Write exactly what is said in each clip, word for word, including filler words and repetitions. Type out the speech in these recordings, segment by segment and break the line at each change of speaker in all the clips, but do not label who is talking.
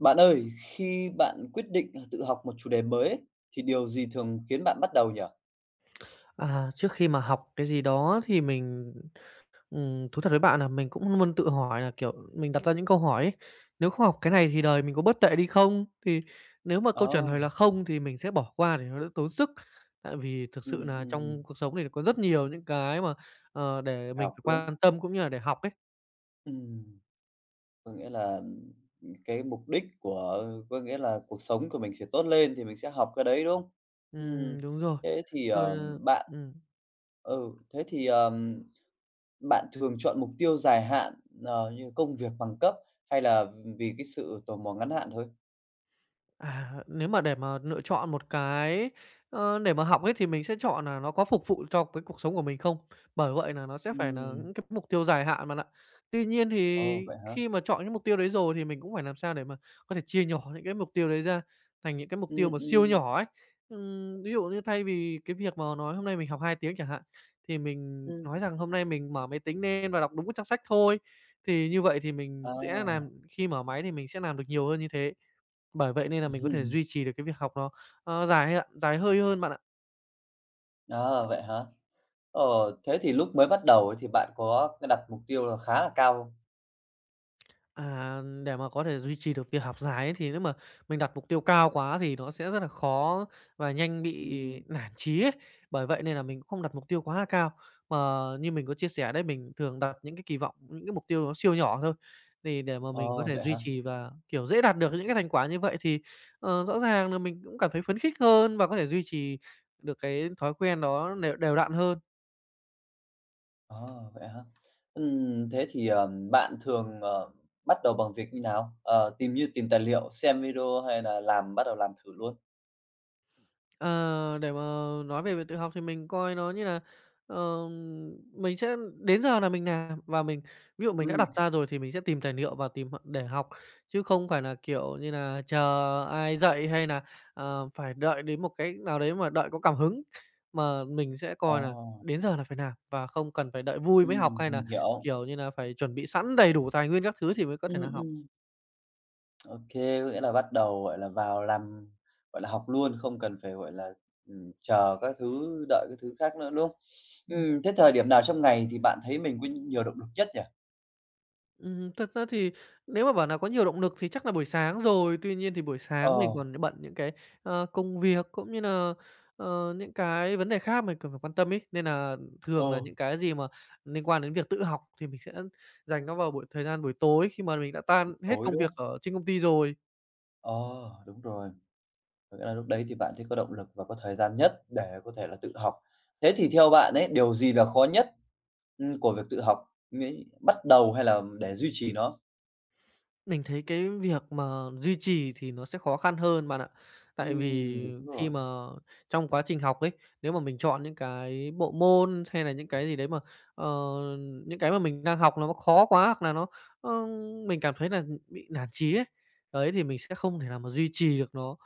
Bạn ơi, khi bạn quyết định, ờ, tự học một chủ đề mới ấy, thì điều gì thường khiến bạn bắt đầu nhỉ?
À, trước khi mà học cái gì đó thì mình, ừm, thú thật với bạn là mình cũng luôn tự hỏi là, kiểu, mình đặt ra những câu hỏi ấy, nếu không học cái này thì đời mình có bớt tệ đi không? Thì nếu mà câu trả
Ồ,
lời là không thì mình sẽ bỏ qua để nó đỡ tốn sức. Tại vì thực
ừm,
sự là trong
ừm,
cuộc sống này có rất nhiều những cái mà, ờ, để
phải
mình
học,
phải
đúng không?
quan tâm cũng như là để học ấy.
Ừm, có nghĩa là, ừ, cái mục đích của có nghĩa là cuộc sống của mình sẽ tốt lên thì mình sẽ học cái đấy, đúng không? Ừm,
Ừm, đúng rồi.
thế thì, ờ,
Rồi, ờ
bạn ừ, thế thì, ờm, bạn thường chọn mục tiêu dài hạn, ờ, như công việc, bằng cấp hay là vì cái sự tò mò ngắn hạn thôi?
À, nếu mà để mà lựa chọn một cái, ơ, để mà học ấy thì mình sẽ chọn là nó có phục vụ cho cái cuộc sống của mình không? Bởi vậy là nó sẽ phải là
Ừm,
những cái mục tiêu dài hạn bạn ạ. Tuy nhiên
ồ,
thì
vậy hả?
khi mà chọn những mục tiêu đấy rồi thì mình cũng phải làm sao để mà có thể chia nhỏ những cái mục tiêu đấy ra thành những cái mục
Ừm,
tiêu mà siêu
ừm,
nhỏ ấy. Ừm, ví dụ như thay vì cái việc mà nói hôm nay mình học hai tiếng chẳng hạn, thì mình
ừm.
nói rằng hôm nay mình mở máy tính lên và đọc đúng cái trang sách thôi. Thì như vậy thì mình
Ờ.
sẽ làm khi mở máy thì mình sẽ làm được nhiều hơn như thế. Bởi vậy nên là mình có thể
Ừm.
duy trì được cái việc học nó, ờ, dài hạn dài hơi hơn bạn ạ.
Ờ, vậy hả? Ờ, thế thì lúc mới bắt đầu ấy thì bạn có đặt mục tiêu là khá là cao không?
À, để mà có thể duy trì được việc học dài ấy, thì nếu mà mình đặt mục tiêu cao quá thì nó sẽ rất là khó và nhanh bị
Ừm.
nản chí ấy. Bởi vậy nên là mình cũng không đặt mục tiêu quá là cao, mà như mình có chia sẻ đấy, mình thường đặt những cái kỳ vọng, những cái mục tiêu nó siêu nhỏ thôi. Thì để mà mình có
Ờ,
thể
vậy
duy
hả?
trì và, kiểu, dễ đạt được những cái thành quả như vậy thì, ờ, rõ ràng là mình cũng cảm thấy phấn khích hơn và có thể duy trì được cái thói quen đó đều đều đặn hơn.
Ờ, vậy hả? Ừm, thế thì, ờ, bạn thường, ờ, bắt đầu bằng việc như nào? Ờ, tìm như tìm tài liệu, xem video hay là làm bắt đầu làm thử luôn?
Ờ, để mà nói về việc tự học thì mình coi nó như là, ờ, mình sẽ đến giờ là mình làm và mình ví dụ mình đã
Ừm.
đặt ra rồi thì mình sẽ tìm tài liệu và tìm để học, chứ không phải là, kiểu như là, chờ ai dạy hay là, ờ, phải đợi đến một cái nào đấy mà đợi có cảm hứng. Mà mình sẽ coi là
Ồ,
đến giờ là phải làm và không cần phải đợi vui mới học
ừm,
hay là,
mình hiểu.
kiểu như là, phải chuẩn bị sẵn đầy đủ tài nguyên các thứ thì mới có thể
Ừm,
nà học.
ừm. OK, có nghĩa là bắt đầu, gọi là, vào làm, gọi là, học luôn, không cần phải, gọi là, ừm, chờ các thứ, đợi các thứ khác nữa, đúng không? Ừm, thế thời điểm nào trong ngày thì bạn thấy mình có nhiều động lực nhất nhỉ?
Ừm, thật ra thì nếu mà bảo là có nhiều động lực thì chắc là buổi sáng rồi, tuy nhiên thì buổi sáng mình
Ờ,
còn bận những cái, ờ, công việc cũng như là ờ, những cái vấn đề khác mình cần phải quan tâm ấy, nên là thường là
ừ,
những cái gì mà liên quan đến việc tự học thì mình sẽ dành nó vào buổi thời gian buổi tối khi mà mình đã
buổi
tan hết
tối,
công
đúng
việc
không?
ở trên công ty rồi.
Ờ, đúng rồi, có nghĩa là lúc đấy thì bạn thấy có động lực và có thời gian nhất để có thể là tự học. Thế thì theo bạn ấy, điều gì là khó nhất, ừm, của việc tự học? Nghĩ bắt đầu hay là để duy trì nó?
Mình thấy cái việc mà duy trì thì nó sẽ khó khăn hơn bạn ạ. Tại
Ừm,
vì
đúng
khi
rồi.
mà trong quá trình học ấy, nếu mà mình chọn những cái bộ môn hay là những cái gì đấy mà, ờ, những cái mà mình đang học nó khó quá hoặc là nó, ơ, mình cảm thấy là bị nản chí ấy, đấy, thì mình sẽ không thể nào mà duy trì được nó.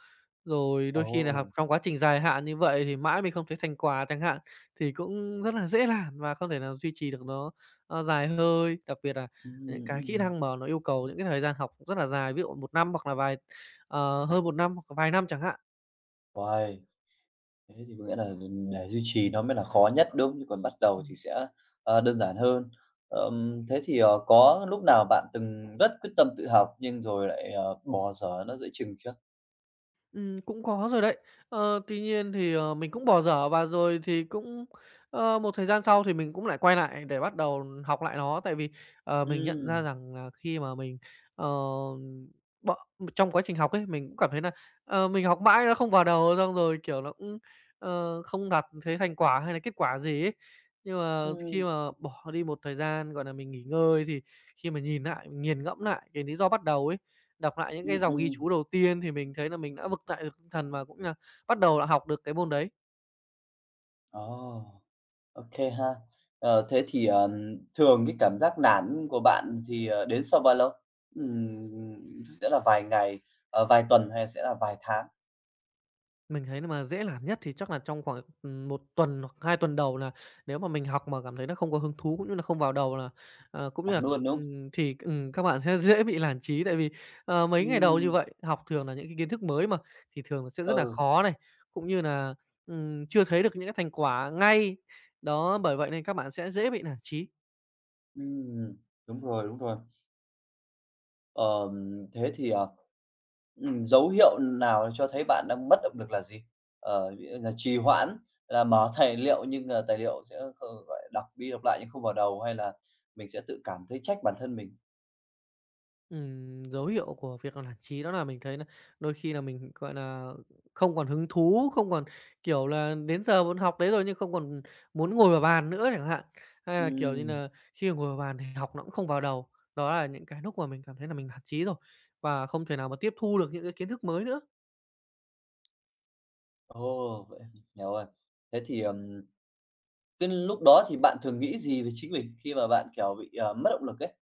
Rồi đôi khi là học
Ồ,
trong quá trình dài hạn như vậy thì mãi mình không thấy thành quả chẳng hạn, thì cũng rất là dễ nản và không thể nào duy trì được nó, ơ, dài hơi. Đặc biệt là những
ừm,
cái kỹ
ừm.
năng mà nó yêu cầu những cái thời gian học rất là dài, ví dụ một năm hoặc là vài ờ, hơn một năm hoặc vài năm chẳng hạn.
Uầy. Thế thì có nghĩa là để duy trì nó mới là khó nhất, đúng không? Chứ còn bắt đầu
Ừ.
thì sẽ, ờ, đơn giản hơn. Ờm, thế thì, ờ, có lúc nào bạn từng rất quyết tâm tự học nhưng rồi lại, ờ, bỏ dở nó giữa chừng chưa?
Ừm, cũng có rồi đấy. Ờ, tuy nhiên thì, ờ, mình cũng bỏ dở và rồi thì cũng, ờ, một thời gian sau thì mình cũng lại quay lại để bắt đầu học lại nó. Tại vì, ờ, mình nhận
Ừ,
ra rằng là khi mà mình, ờ, bợ trong quá trình học ấy, mình cũng cảm thấy là ờ, mình học mãi nó không vào đầu, xong rồi, kiểu, nó cũng, ờ, không đạt thấy thành quả hay là kết quả gì ấy. Nhưng mà khi
ừ,
mà bỏ đi một thời gian, gọi là mình nghỉ ngơi thì khi mà nhìn lại nghiền ngẫm lại cái lý do bắt đầu ấy, đọc lại những
ừ,
cái
ừ.
dòng ghi chú đầu tiên thì mình thấy là mình đã vực dậy được tinh thần và cũng là bắt đầu là học được cái môn đấy.
Ồ, ok ha. Ờ, thế thì, ờm, thường cái cảm giác nản của bạn thì, ờ, đến sau bao lâu? Ừm, sẽ là vài ngày, ờ, vài tuần hay sẽ là vài tháng?
Mình thấy là mà dễ làm nhất thì chắc là trong khoảng, ừm, 1 tuần hoặc hai tuần đầu là nếu mà mình học mà cảm thấy nó không có hứng thú, cũng như là không vào đầu là, ờ, cũng như
Nản
là,
luôn, đúng không?
ừm, thì, ừm, các bạn sẽ dễ bị nản chí. Tại vì, ờ, mấy ngày đầu như
Ừ,
vậy, học thường là những cái kiến thức mới mà, thì thường nó sẽ rất là
ừ,
khó này, cũng như là, ừm, chưa thấy được những cái thành quả ngay. Đó, bởi vậy nên các bạn sẽ dễ bị nản chí.
ừm, đúng rồi, đúng rồi. Ờm, thế thì, ờ, ừm, dấu hiệu nào cho thấy bạn đang mất động lực là gì? Ờ, ví dụ là trì hoãn, là mở tài liệu nhưng, ờ, tài liệu sẽ kh gọi đọc đi đọc lại nhưng không vào đầu, hay là mình sẽ tự cảm thấy trách bản thân mình?
Ừm, dấu hiệu của việc là nản chí đó là mình thấy là đôi khi là mình, gọi là không còn hứng thú, không còn, kiểu là, đến giờ muốn học đấy rồi nhưng không còn muốn ngồi vào bàn nữa chẳng hạn. Hay là, kiểu như
Ừm,
nà, khi ngồi vào bàn thì học nó cũng không vào đầu. Đó là những cái núc mà mình cảm thấy là mình nản chí rồi, và không thể nào mà tiếp thu được những cái kiến thức mới nữa.
ồ, vậy hiểu rồi. Thế thì, ừm, cái lúc đó thì bạn thường nghĩ gì về chính mình khi mà bạn, kiểu, bị, ờ, mất động lực ấy?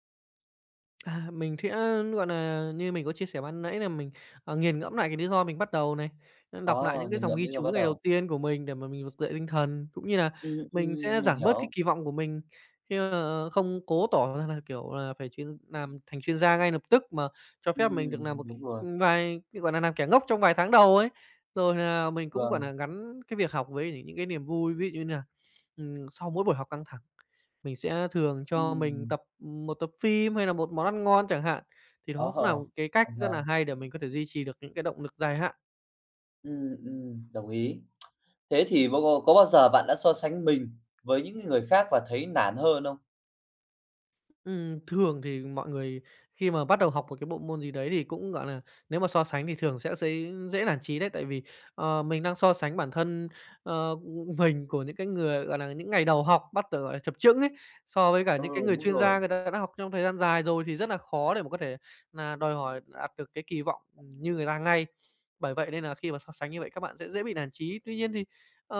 À, mình sẽ, gọi là như mình có chia sẻ ban nãy là mình, ờ, nghiền ngẫm lại cái lý do mình bắt đầu này, ờ, đọc lại
Ờ,
những cái
nghiền
dòng
ngẫm
ghi
lý do
chú
bắt
ngày đầu
đầu.
tiên của mình để mà mình vực dậy tinh thần, cũng như là
Ừm,
mình
ừm,
sẽ
mình
giảm bớt cái
hiểu.
kỳ vọng của mình khi mà, ờ, không cố tỏ ra là, kiểu là, phải chuyên làm thành chuyên gia ngay lập tức, mà cho phép mình được
Ừm,
làm một
đúng
cái
rồi,
ừ, vài gọi là làm kẻ ngốc trong vài tháng đầu ấy. Rồi là mình cũng, gọi
vâng,
là gắn cái việc học với những những cái niềm vui, ví dụ như nà, ừm, sau mỗi buổi học căng thẳng. Mình sẽ thường cho mình
ừm,
tập một tập phim hay là một món ăn ngon chẳng hạn. Thì
ờ,
đó cũng là một cái cách
hay
rất là
ha.
hay để mình có thể duy trì được những cái động lực dài hạn.
Ừm, ừm, đồng ý. Thế thì bao có có bao giờ bạn đã so sánh mình với những người khác và thấy nản hơn không?
Ừm, thường thì mọi người khi mà bắt đầu học một cái bộ môn gì đấy thì cũng, gọi là, nếu mà so sánh thì thường sẽ dễ dễ nản chí đấy, tại vì, ờ, mình đang so sánh bản thân, ờ, mình của những cái người, gọi là, những ngày đầu học bắt đầu, gọi là, chập chững ấy, so với cả
Ừ,
những cái người
đúng
chuyên
rồi.
gia người ta đã học trong thời gian dài rồi thì rất là khó để mà có thể là đòi hỏi đạt được cái kỳ vọng, như người ta ngay. Bởi vậy nên là khi mà so sánh như vậy các bạn sẽ dễ bị nản chí. Tuy nhiên thì, ờ,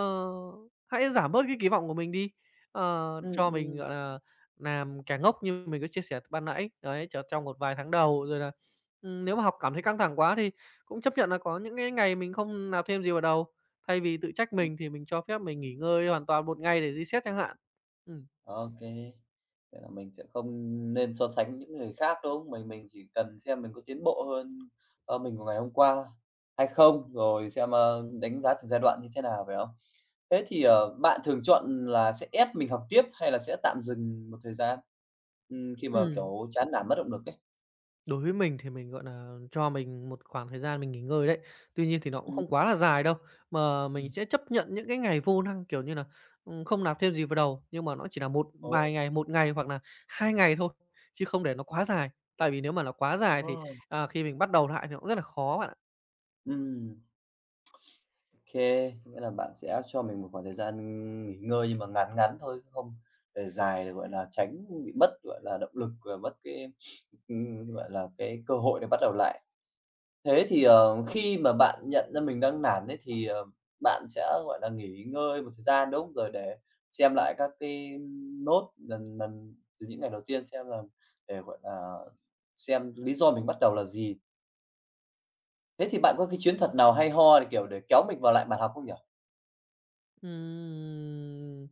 hãy giảm bớt cái kỳ vọng của mình đi, ờ,
Ừm,
cho mình,
ừm.
gọi là làm kẻ ngốc như mình có chia sẻ ban nãy, đấy, tr trong một vài tháng đầu. Rồi là, ừm, nếu mà học cảm thấy căng thẳng quá thì cũng chấp nhận là có những cái ngày mình không làm thêm gì vào đầu, thay vì tự trách mình thì mình cho phép mình nghỉ ngơi hoàn toàn một ngày để reset chẳng hạn. Ừm.
Ô kê, vậy là mình sẽ không nên so sánh những người khác, đúng không? Mình mình chỉ cần xem mình có tiến bộ hơn, ơ, mình của ngày hôm qua hay không, rồi xem, ơ, đánh giá từng giai đoạn như thế nào, phải không? Thế thì, ờ, bạn thường chọn là sẽ ép mình học tiếp hay là sẽ tạm dừng một thời gian? Ừm, khi mà,
Ừm.
kiểu, chán nản, mất động lực ấy?
Đối với mình thì mình, gọi là cho mình một khoảng thời gian mình nghỉ ngơi đấy. Tuy nhiên thì nó cũng
Ừm,
không quá là dài đâu, mà
ừm.
mình sẽ chấp nhận những cái ngày vô năng, kiểu như là ừm, không nạp thêm gì vào đầu, nhưng mà nó chỉ là một
Ồ.
vài ngày, một ngày hoặc là hai ngày thôi, chứ không để nó quá dài. Tại vì nếu mà nó quá dài
Ờ.
thì, à, khi mình bắt đầu lại thì nó cũng rất là khó bạn ạ.
Ừm, OK, nghĩa là bạn sẽ cho mình một khoảng thời gian nghỉ ngơi nhưng mà ngắn ngắn thôi, không để dài để, gọi là, tránh bị mất, gọi là, động lực và mất cái, ừm, gọi là, cái cơ hội để bắt đầu lại. Thế thì, ờ, khi mà bạn nhận ra mình đang nản ấy thì, ờ, bạn sẽ, gọi là, nghỉ ngơi một thời gian, đúng không? Rồi để xem lại các cái nốt lần lần từ những ngày đầu tiên xem là để, gọi là, xem lý do mình bắt đầu là gì. Thế thì bạn có cái chiến thuật nào hay ho để, kiểu, để kéo mình vào lại bàn học không nhỉ?
Ừm,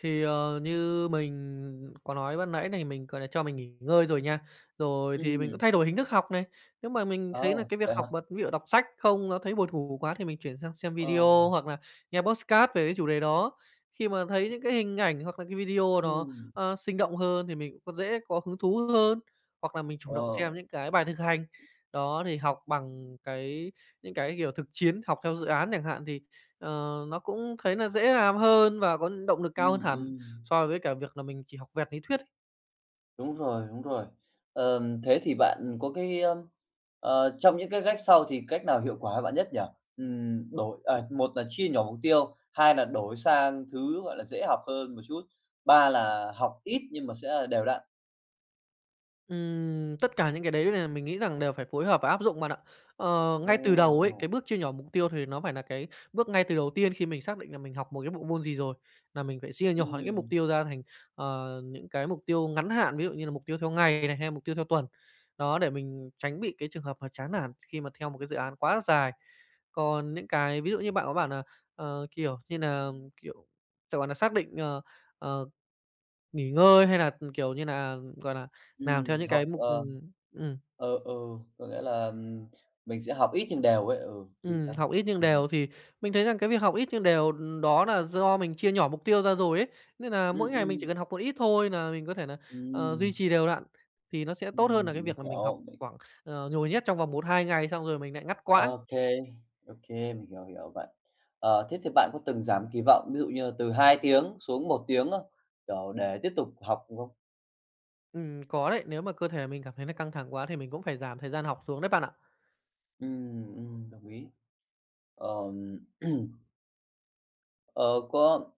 thì, ờ, như mình có nói ban nãy này, mình, gọi là, cho mình nghỉ ngơi rồi nha. Rồi thì mình cũng
Ừm.
thay đổi hình thức học này. Nếu mà mình
Ờ,
thấy là cái việc
vậy hả?
học mà ví dụ đọc sách không, nó thấy buồn ngủ quá thì mình chuyển sang xem
Ờ.
video hoặc là nghe podcast về cái chủ đề đó. Khi mà thấy những cái hình ảnh hoặc là cái video nó,
Ừm.
ờ, sinh động hơn thì mình cũng có dễ có hứng thú hơn, hoặc là mình chủ động
Ờ.
xem những cái bài thực hành. Đó, thì học bằng cái những cái, kiểu, thực chiến, học theo dự án chẳng hạn thì Ờ, nó cũng thấy là dễ làm hơn và có động lực cao
Ừm,
hơn hẳn
ừm.
so với cả việc là mình chỉ học vẹt lý thuyết ấy.
Đúng rồi, đúng rồi. Ờm, thế thì bạn có cái, ưm, ờ, trong những cái cách sau thì cách nào hiệu quả bạn nhất nhỉ? Ừm, đổi à, một là chia nhỏ mục tiêu, hai là đổi sang thứ, gọi là, dễ học hơn một chút, ba là học ít nhưng mà sẽ là đều đặn.
Ừm, tất cả những cái đấy là mình nghĩ rằng đều phải phối hợp và áp dụng bạn ạ. Ờ,
Ồ,
ngay từ đầu ấy,
ồ,
cái bước chia nhỏ mục tiêu thì nó phải là cái bước ngay từ đầu tiên khi mình xác định là mình học một cái bộ môn gì rồi, là mình phải chia nhỏ những cái mục
ừm,
tiêu ra thành, ờ, những cái mục tiêu ngắn hạn, ví dụ như là mục tiêu theo ngày này, hay mục tiêu theo tuần. Đó, để mình tránh bị cái trường hợp mà chán nản khi mà theo một cái dự án quá dài. Còn những cái ví dụ như bạn có bảo là ờ, kiểu như là kiểu, sẽ gọi là, xác định, ờ, ờ Nghỉ ngơi hay là, ừ, kiểu như là gọi là, làm theo
ừm,
những
học,
cái mục
ờ
ừm, ừm,
ừ, ừ, có nghĩa là, ừm, mình sẽ học ít nhưng đều ấy, ừ, thì sao?
học ít nhưng
Ừm.
đều thì mình thấy rằng cái việc học ít nhưng đều, ừ, đó là do mình chia nhỏ mục tiêu ra rồi ấy, nên là
Ừm,
mỗi ngày mình
ừm.
chỉ cần học một ít thôi là mình có thể là ờ, duy
Ừm,
trì đều đặn, thì nó sẽ tốt hơn là cái
ừm, mình
việc là mình học
hiểu, mình
khoảng, ờ, nhồi nhét trong vòng một hai ngày xong rồi mình lại ngắt quãng.
ok kê, mình hiểu, hiểu bạn. Ờ, thế thì bạn có từng giảm kỳ vọng, ví dụ như là từ hai tiếng xuống một tiếng không? Kiểu, để tiếp tục học không?
Ừm, có đấy, nếu mà cơ thể mình cảm thấy nó căng thẳng quá thì mình cũng phải giảm thời gian học xuống đấy bạn ạ.
Ừm, ừm, đồng ý. Ờm, ờ, có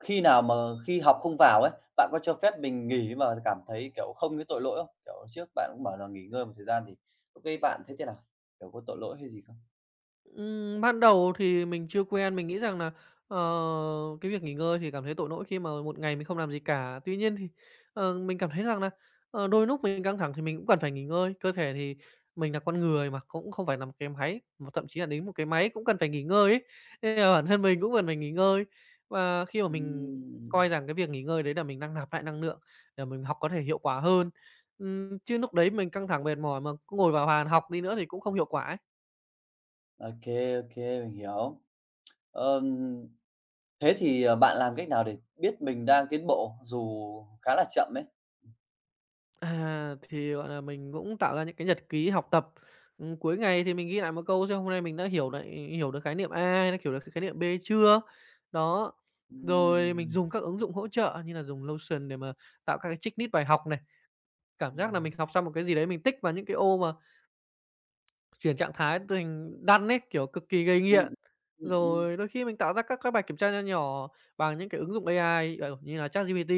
khi nào mà khi học không vào ấy, bạn có cho phép mình nghỉ mà cảm thấy, kiểu, không thấy tội lỗi không? Kiểu, trước bạn cũng bảo là nghỉ ngơi một thời gian thì lúc đấy bạn thấy thế nào? Kiểu, có tội lỗi hay gì không?
Ừm, ban đầu thì mình chưa quen, mình nghĩ rằng là ờ, cái việc nghỉ ngơi thì cảm thấy tội lỗi khi mà một ngày mình không làm gì cả. Tuy nhiên thì, ờ, mình cảm thấy rằng là ờ, đôi lúc mình căng thẳng thì mình cũng cần phải nghỉ ngơi. Cơ thể thì mình là con người mà, cũng không phải nà một cái máy, mà thậm chí là đến một cái máy cũng cần phải nghỉ ngơi ấy, nên là bản thân mình cũng cần phải nghỉ ngơi. Và khi mà mình
Ừm,
coi rằng cái việc nghỉ ngơi đấy là mình đang nạp lại năng lượng để mình học có thể hiệu quả hơn. Ừm, chứ núc đấy mình căng thẳng mệt mỏi mà cứ ngồi vào bàn học đi nữa thì cũng không hiệu quả ấy.
ok kê, mình hiểu. Ờm Thế thì, ờ, bạn làm cách nào để biết mình đang tiến bộ dù khá là chậm ấy?
À, thì, gọi là, mình cũng tạo ra những cái nhật ký học tập. Ừm, cuối ngày thì mình ghi lại một câu xem hôm nay mình đã hiểu lại hiểu được khái niệm A, hay là hiểu được khái niệm B chưa. Đó, rồi mình
Ừm,
dùng các ứng dụng hỗ trợ như là dùng Notion để mà tạo các cái checklist bài học này. Cảm giác là
ừm,
mình học xong một cái gì đấy, mình tích vào những cái ô mà chuyển trạng thái thành đan ấy, kiểu, cực kỳ gây
ừm,
nghiện.
ừm, ừm,
Rồi đôi khi mình tạo ra các cái bài kiểm tra nho nhỏ bằng những cái ứng dụng a i, ờ, như là ChatGPT.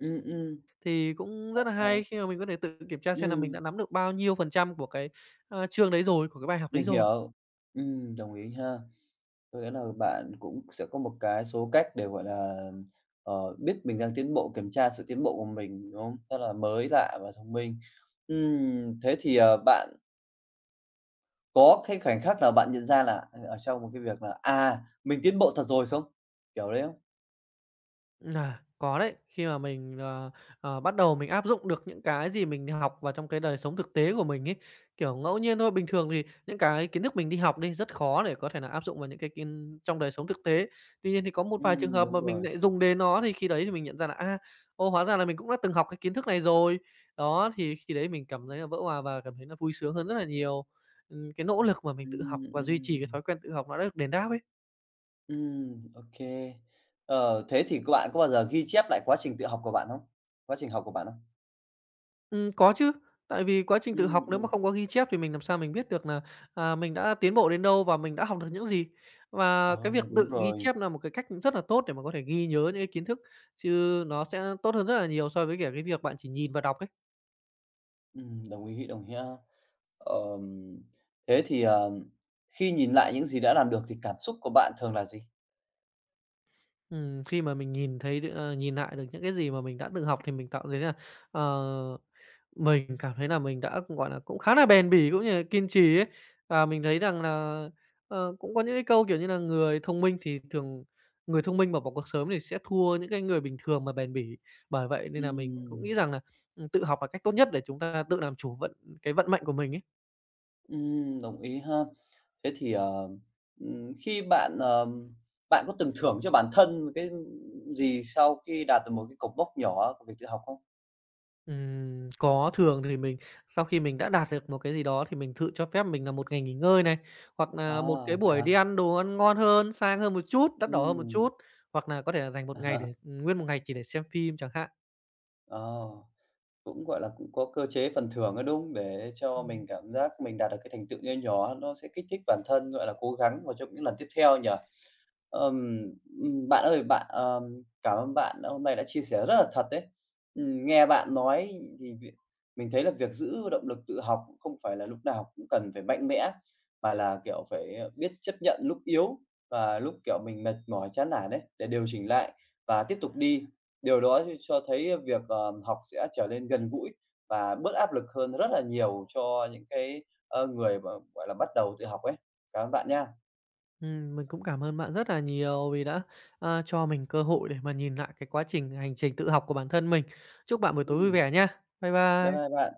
ừm, ừm,
Thì cũng rất là
hay,
hay khi mà mình có thể tự kiểm tra xem là mình
ừm,
đã nắm được bao nhiêu phần trăm của cái, a, chương đấy rồi, của cái bài học đấy
mình
rồi.
hiểu, ừm, đồng ý ha. Có nghĩa là bạn cũng sẽ có một cái số cách để, gọi là, ờ, biết mình đang tiến bộ, kiểm tra sự tiến bộ của mình, đúng không? Rất là mới lạ và thông minh. Ừm, thế thì, ờ, bạn có cái khoảnh khắc nào bạn nhận ra là, ờ, ở trong một cái việc là, à, mình tiến bộ thật rồi không? Kiểu đấy không?
À, có đấy. Khi mà mình, ờ, ờ, bắt đầu mình áp dụng được những cái gì mình học vào trong cái đời sống thực tế của mình ấy, kiểu, ngẫu nhiên thôi, bình thường thì những cái kiến thức mình đi học đi, rất khó để có thể là áp dụng vào những cái kiến trong đời sống thực tế. Tuy nhiên thì có một vài trường
Ừm,
hợp
đúng
mà mình
rồi.
lại dùng đến nó thì khi đấy thì mình nhận ra là, a, ô, hóa ra là mình cũng đã từng học cái kiến thức này rồi. Đó, thì khi đấy mình cảm thấy là vỡ hòa và cảm thấy là vui sướng hơn rất là nhiều. Ừm, cái nỗ lực mà mình tự học
Ừm,
và duy trì cái
ừm,
thói quen tự học nó đã được đền đáp ấy.
ừm, ok. Ờ, thế thì các bạn có bao giờ ghi chép lại quá trình tự học của bạn không? Quá trình học của bạn không?
Ừm, có chứ. Tại vì quá trình tự học
Ừm,
nếu
ừm.
mà không có ghi chép thì mình làm sao mình biết được là à, mình đã tiến bộ đến đâu và mình đã học được những gì. Và
Ờ,
cái việc
đúng
tự ghi
rồi.
chép là một cái cách rất là tốt để mà có thể ghi nhớ những cái kiến thức, chứ nó sẽ tốt hơn rất là nhiều so với cả cái việc bạn chỉ nhìn và đọc ấy.
Ừm, đồng ý, đồng ý ha. Ờm, thế thì, ờm, khi nhìn lại những gì đã làm được thì cảm xúc của bạn thường là gì?
Ừm, khi mà mình nhìn thấy đ ờ, nhìn lại được những cái gì mà mình đã tự học thì mình cảm thấy là, ờ Mình cảm thấy là mình đã, gọi là, cũng khá là bền bỉ cũng như là kiên trì ấy. Và mình thấy rằng là, ờ, cũng có những cái câu, kiểu như là, người thông minh thì thường người thông minh mà bỏ cuộc sớm thì sẽ thua những cái người bình thường mà bền bỉ. Bởi vậy nên là mình cũng
Ừm,
nghĩ rằng là, ừm, tự học là cách tốt nhất để chúng ta tự làm chủ vận cái vận mệnh của mình ấy.
ừm, đồng ý ha. Thế thì, ờ, ừm, khi bạn, ờm, bạn có từng thưởng cho bản thân một cái gì sau khi đạt được một cái cột mốc nhỏ của việc tự học không?
Ừm, có, thường thì mình sau khi mình đã đạt được một cái gì đó thì mình tự cho phép mình là một ngày nghỉ ngơi này, hoặc
À,
là một cái
vậy
buổi
hả?
đi ăn đồ ăn ngon hơn, sang hơn một chút, đắt đỏ hơn một
Ừm.
chút, hoặc là có thể là dành một ngày để nguyên một ngày chỉ để xem phim chẳng hạn.
Ờ, cũng, gọi là, cũng có cơ chế phần thưởng ấy, đúng không? Để cho mình
Ừm.
cảm giác mình đạt được cái thành tựu nho nhỏ, nó sẽ kích thích bản thân, gọi là, cố gắng vào trong những lần tiếp theo nhỉ? Ờm, bạn ơi, bạn, ờm, cảm ơn bạn đã hôm nay đã chia sẻ rất là thật đấy. Ừm, nghe bạn nói thì việc mình thấy là việc giữ động lực tự học cũng không phải là lúc nào cũng cần phải mạnh mẽ, mà là, kiểu, phải, ờ, biết chấp nhận lúc yếu và lúc, kiểu, mình mệt mỏi, chán nản đấy để điều chỉnh lại và tiếp tục đi. Điều đó thì cho thấy việc, ờ, học sẽ trở nên gần gũi và bớt áp lực hơn rất là nhiều cho những cái, ơ, người mà, gọi là, bắt đầu tự học ấy. Cảm ơn bạn nha.
Ừm, mình cũng cảm ơn bạn rất là nhiều vì đã, a, cho mình cơ hội để mà nhìn lại cái quá trình hành trình tự học của bản thân mình. Chúc bạn buổi tối vui
Ừm,
vẻ nha. Bye
bye bye
bye.
bạn.